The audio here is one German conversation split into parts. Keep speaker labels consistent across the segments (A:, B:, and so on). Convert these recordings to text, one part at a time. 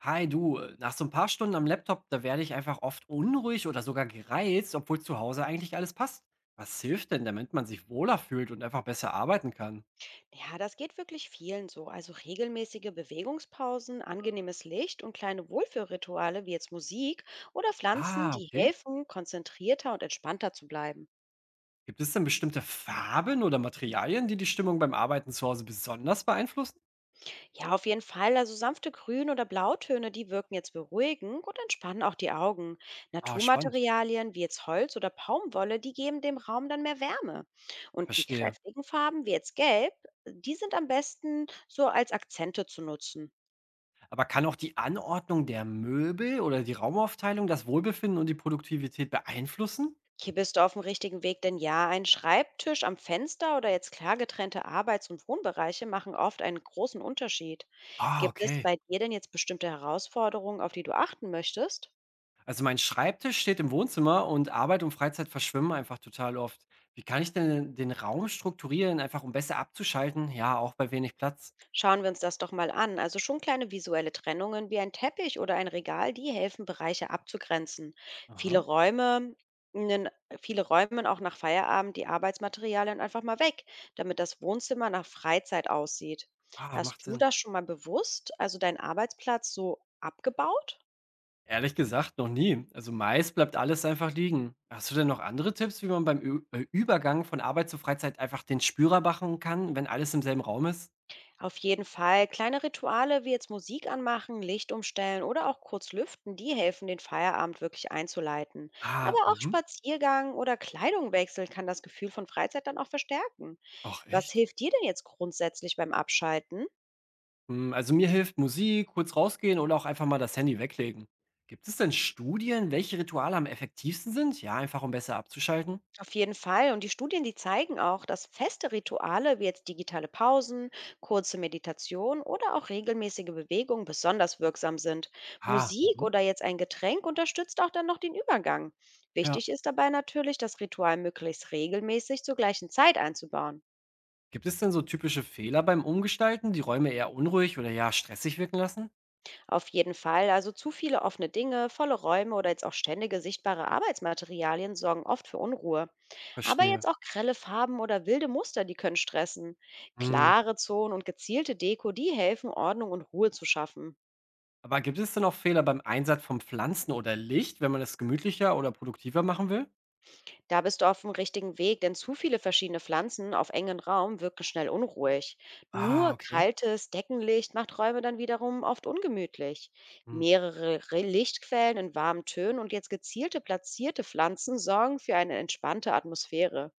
A: Hi du, nach so ein paar Stunden am Laptop, da werde ich einfach oft unruhig oder sogar gereizt, obwohl zu Hause eigentlich alles passt. Was hilft denn, damit man sich wohler fühlt und einfach besser arbeiten kann?
B: Ja, das geht wirklich vielen so. Also regelmäßige Bewegungspausen, angenehmes Licht und kleine Wohlfühlrituale wie jetzt Musik oder Pflanzen,
A: Ah,
B: die
A: okay.
B: helfen, konzentrierter und entspannter zu bleiben.
A: Gibt es denn bestimmte Farben oder Materialien, die die Stimmung beim Arbeiten zu Hause besonders beeinflussen?
B: Ja, auf jeden Fall. Also sanfte Grün- oder Blautöne, die wirken jetzt beruhigend und entspannen auch die Augen.
A: Ah, spannend.
B: Naturmaterialien wie jetzt Holz oder Baumwolle, die geben dem Raum dann mehr Wärme. Und die
A: Verstehe.
B: kräftigen Farben wie jetzt Gelb, die sind am besten so als Akzente zu nutzen.
A: Aber kann auch die Anordnung der Möbel oder die Raumaufteilung das Wohlbefinden und die Produktivität beeinflussen?
B: Okay, bist du auf dem richtigen Weg, denn ja, ein Schreibtisch am Fenster oder jetzt klar getrennte Arbeits- und Wohnbereiche machen oft einen großen Unterschied.
A: Ah,
B: Gibt es
A: okay.
B: bei dir denn jetzt bestimmte Herausforderungen, auf die du achten möchtest?
A: Also mein Schreibtisch steht im Wohnzimmer und Arbeit und Freizeit verschwimmen einfach total oft. Wie kann ich denn den Raum strukturieren, einfach um besser abzuschalten? Ja, auch bei wenig Platz.
B: Schauen wir uns das doch mal an. Also schon kleine visuelle Trennungen wie ein Teppich oder ein Regal, die helfen, Bereiche abzugrenzen. Viele
A: Aha.
B: Räume, nen- viele räumen auch nach Feierabend die Arbeitsmaterialien einfach mal weg, damit das Wohnzimmer nach Freizeit aussieht.
A: Ah,
B: Hast
A: macht
B: du
A: Sinn.
B: das schon mal bewusst, also deinen Arbeitsplatz so abgebaut?
A: Ehrlich gesagt, noch nie. Also meist bleibt alles einfach liegen. Hast du denn noch andere Tipps, wie man beim Ü Übergang von Arbeit zur Freizeit einfach den Spürer machen kann, wenn alles im selben Raum ist?
B: Auf jeden Fall. Kleine Rituale wie jetzt Musik anmachen, Licht umstellen oder auch kurz lüften, die helfen, den Feierabend wirklich einzuleiten. Aber
A: Ah,
B: auch
A: mhm.
B: Spaziergang oder Kleidungwechsel kann das Gefühl von Freizeit dann auch verstärken.
A: Ach
B: Was
A: echt?
B: hilft dir denn jetzt grundsätzlich beim Abschalten?
A: Hm, also mir hilft Musik, kurz rausgehen oder auch einfach mal das Handy weglegen. Gibt es denn Studien, welche Rituale am effektivsten sind? Ja, einfach um besser abzuschalten.
B: Auf jeden Fall. Und die Studien, die zeigen auch, dass feste Rituale wie jetzt digitale Pausen, kurze Meditation oder auch regelmäßige Bewegung besonders wirksam sind.
A: Ah,
B: Musik
A: mhm.
B: oder jetzt ein Getränk unterstützt auch dann noch den Übergang.
A: Ja.
B: Wichtig ist dabei natürlich, das Ritual möglichst regelmäßig zur gleichen Zeit einzubauen.
A: Gibt es denn so typische Fehler beim Umgestalten, die Räume eher unruhig oder ja stressig wirken lassen?
B: Auf jeden Fall, also zu viele offene Dinge, volle Räume oder jetzt auch ständige sichtbare Arbeitsmaterialien sorgen oft für Unruhe. Aber
A: Verstehe.
B: jetzt auch grelle Farben oder wilde Muster, die können stressen.
A: Hm.
B: Klare Zonen und gezielte Deko, die helfen, Ordnung und Ruhe zu schaffen.
A: Aber gibt es denn auch Fehler beim Einsatz von Pflanzen oder Licht, wenn man es gemütlicher oder produktiver machen will?
B: Da bist du auf dem richtigen Weg, denn zu viele verschiedene Pflanzen auf engen Raum wirken schnell unruhig.
A: Ah,
B: Nur
A: okay.
B: kaltes Deckenlicht macht Räume dann wiederum oft ungemütlich.
A: Hm.
B: Mehrere Lichtquellen in warmen Tönen und jetzt gezielte platzierte Pflanzen sorgen für eine entspannte Atmosphäre.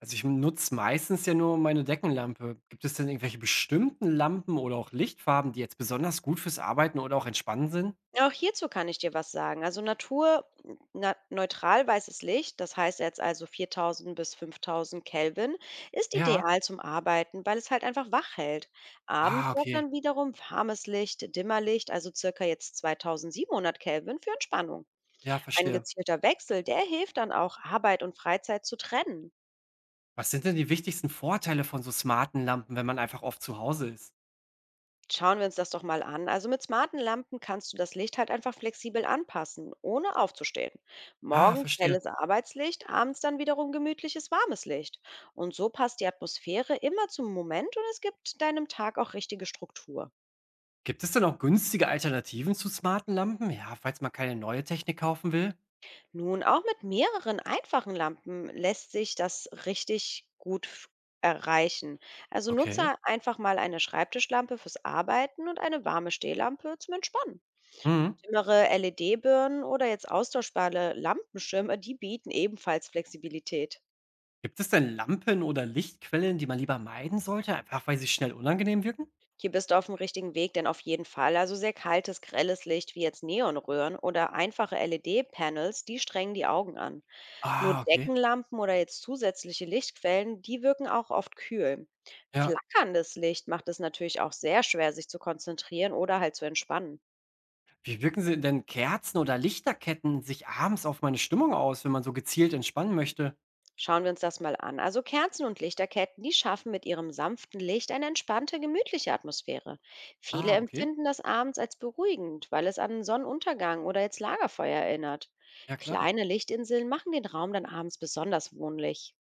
A: Also, ich nutze meistens ja nur meine Deckenlampe. Gibt es denn irgendwelche bestimmten Lampen oder auch Lichtfarben, die jetzt besonders gut fürs Arbeiten oder auch Entspannen sind?
B: Auch hierzu kann ich dir was sagen. Also neutral weißes Licht, das heißt jetzt also 4000 bis 5000 Kelvin, ist
A: Ja.
B: ideal zum Arbeiten, weil es halt einfach wach hält. Abends
A: Ah,
B: sorgt
A: okay.
B: dann wiederum warmes Licht, Dimmerlicht, also circa jetzt 2700 Kelvin für Entspannung.
A: Ja,
B: Ein
A: verstehe.
B: gezielter Wechsel, der hilft dann auch, Arbeit und Freizeit zu trennen.
A: Was sind denn die wichtigsten Vorteile von so smarten Lampen, wenn man einfach oft zu Hause ist?
B: Schauen wir uns das doch mal an. Also mit smarten Lampen kannst du das Licht halt einfach flexibel anpassen, ohne aufzustehen.
A: Ah,
B: Morgens
A: verstehe.
B: helles Arbeitslicht, abends dann wiederum gemütliches warmes Licht. Und so passt die Atmosphäre immer zum Moment und es gibt deinem Tag auch richtige Struktur.
A: Gibt es denn auch günstige Alternativen zu smarten Lampen? Ja, falls man keine neue Technik kaufen will?
B: Nun, auch mit mehreren einfachen Lampen lässt sich das richtig gut erreichen. Also
A: Okay.
B: nutze einfach mal eine Schreibtischlampe fürs Arbeiten und eine warme Stehlampe zum Entspannen.
A: Mhm.
B: Dümmere LED-Birnen oder jetzt austauschbare Lampenschirme, die bieten ebenfalls Flexibilität.
A: Gibt es denn Lampen oder Lichtquellen, die man lieber meiden sollte, einfach weil sie schnell unangenehm wirken?
B: Hier bist du auf dem richtigen Weg, denn auf jeden Fall. Also sehr kaltes, grelles Licht wie jetzt Neonröhren oder einfache LED-Panels, die strengen die Augen an. Nur
A: Ah, okay.
B: Deckenlampen oder jetzt zusätzliche Lichtquellen, die wirken auch oft kühl.
A: Ja.
B: Flackerndes Licht macht es natürlich auch sehr schwer, sich zu konzentrieren oder halt zu entspannen.
A: Wie wirken sie denn Kerzen oder Lichterketten sich abends auf meine Stimmung aus, wenn man so gezielt entspannen möchte?
B: Schauen wir uns das mal an. Also Kerzen und Lichterketten, die schaffen mit ihrem sanften Licht eine entspannte, gemütliche Atmosphäre. Viele
A: Ah, okay.
B: empfinden das abends als beruhigend, weil es an Sonnenuntergang oder jetzt Lagerfeuer erinnert.
A: Ja klar.
B: Kleine Lichtinseln machen den Raum dann abends besonders wohnlich.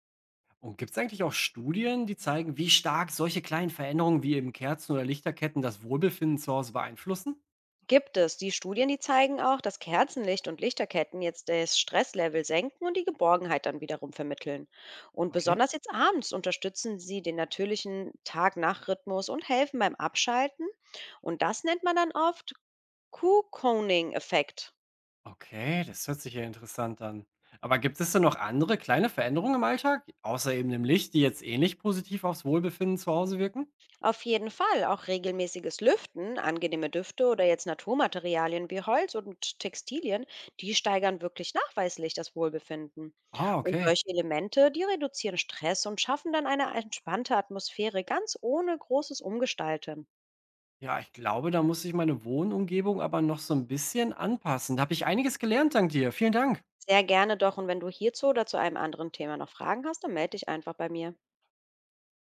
A: Und gibt es eigentlich auch Studien, die zeigen, wie stark solche kleinen Veränderungen wie eben Kerzen oder Lichterketten das Wohlbefinden zu Hause beeinflussen?
B: Gibt es. Die Studien, die zeigen auch, dass Kerzenlicht und Lichterketten jetzt das Stresslevel senken und die Geborgenheit dann wiederum vermitteln. Und
A: Okay.
B: besonders jetzt abends unterstützen sie den natürlichen Tag-Nacht-Rhythmus und helfen beim Abschalten. Und das nennt man dann oft Cocooning-Effekt.
A: Okay, das hört sich ja interessant an. Aber gibt es denn noch andere kleine Veränderungen im Alltag, außer eben dem Licht, die jetzt ähnlich positiv aufs Wohlbefinden zu Hause wirken?
B: Auf jeden Fall auch regelmäßiges Lüften, angenehme Düfte oder jetzt Naturmaterialien wie Holz und Textilien, die steigern wirklich nachweislich das Wohlbefinden.
A: Ah,
B: Und
A: okay.
B: solche Elemente, die reduzieren Stress und schaffen dann eine entspannte Atmosphäre ganz ohne großes Umgestalten.
A: Ja, ich glaube, da muss ich meine Wohnumgebung aber noch so ein bisschen anpassen. Da habe ich einiges gelernt dank dir. Vielen Dank.
B: Sehr gerne doch, und wenn du hierzu oder zu einem anderen Thema noch Fragen hast, dann melde dich einfach bei mir.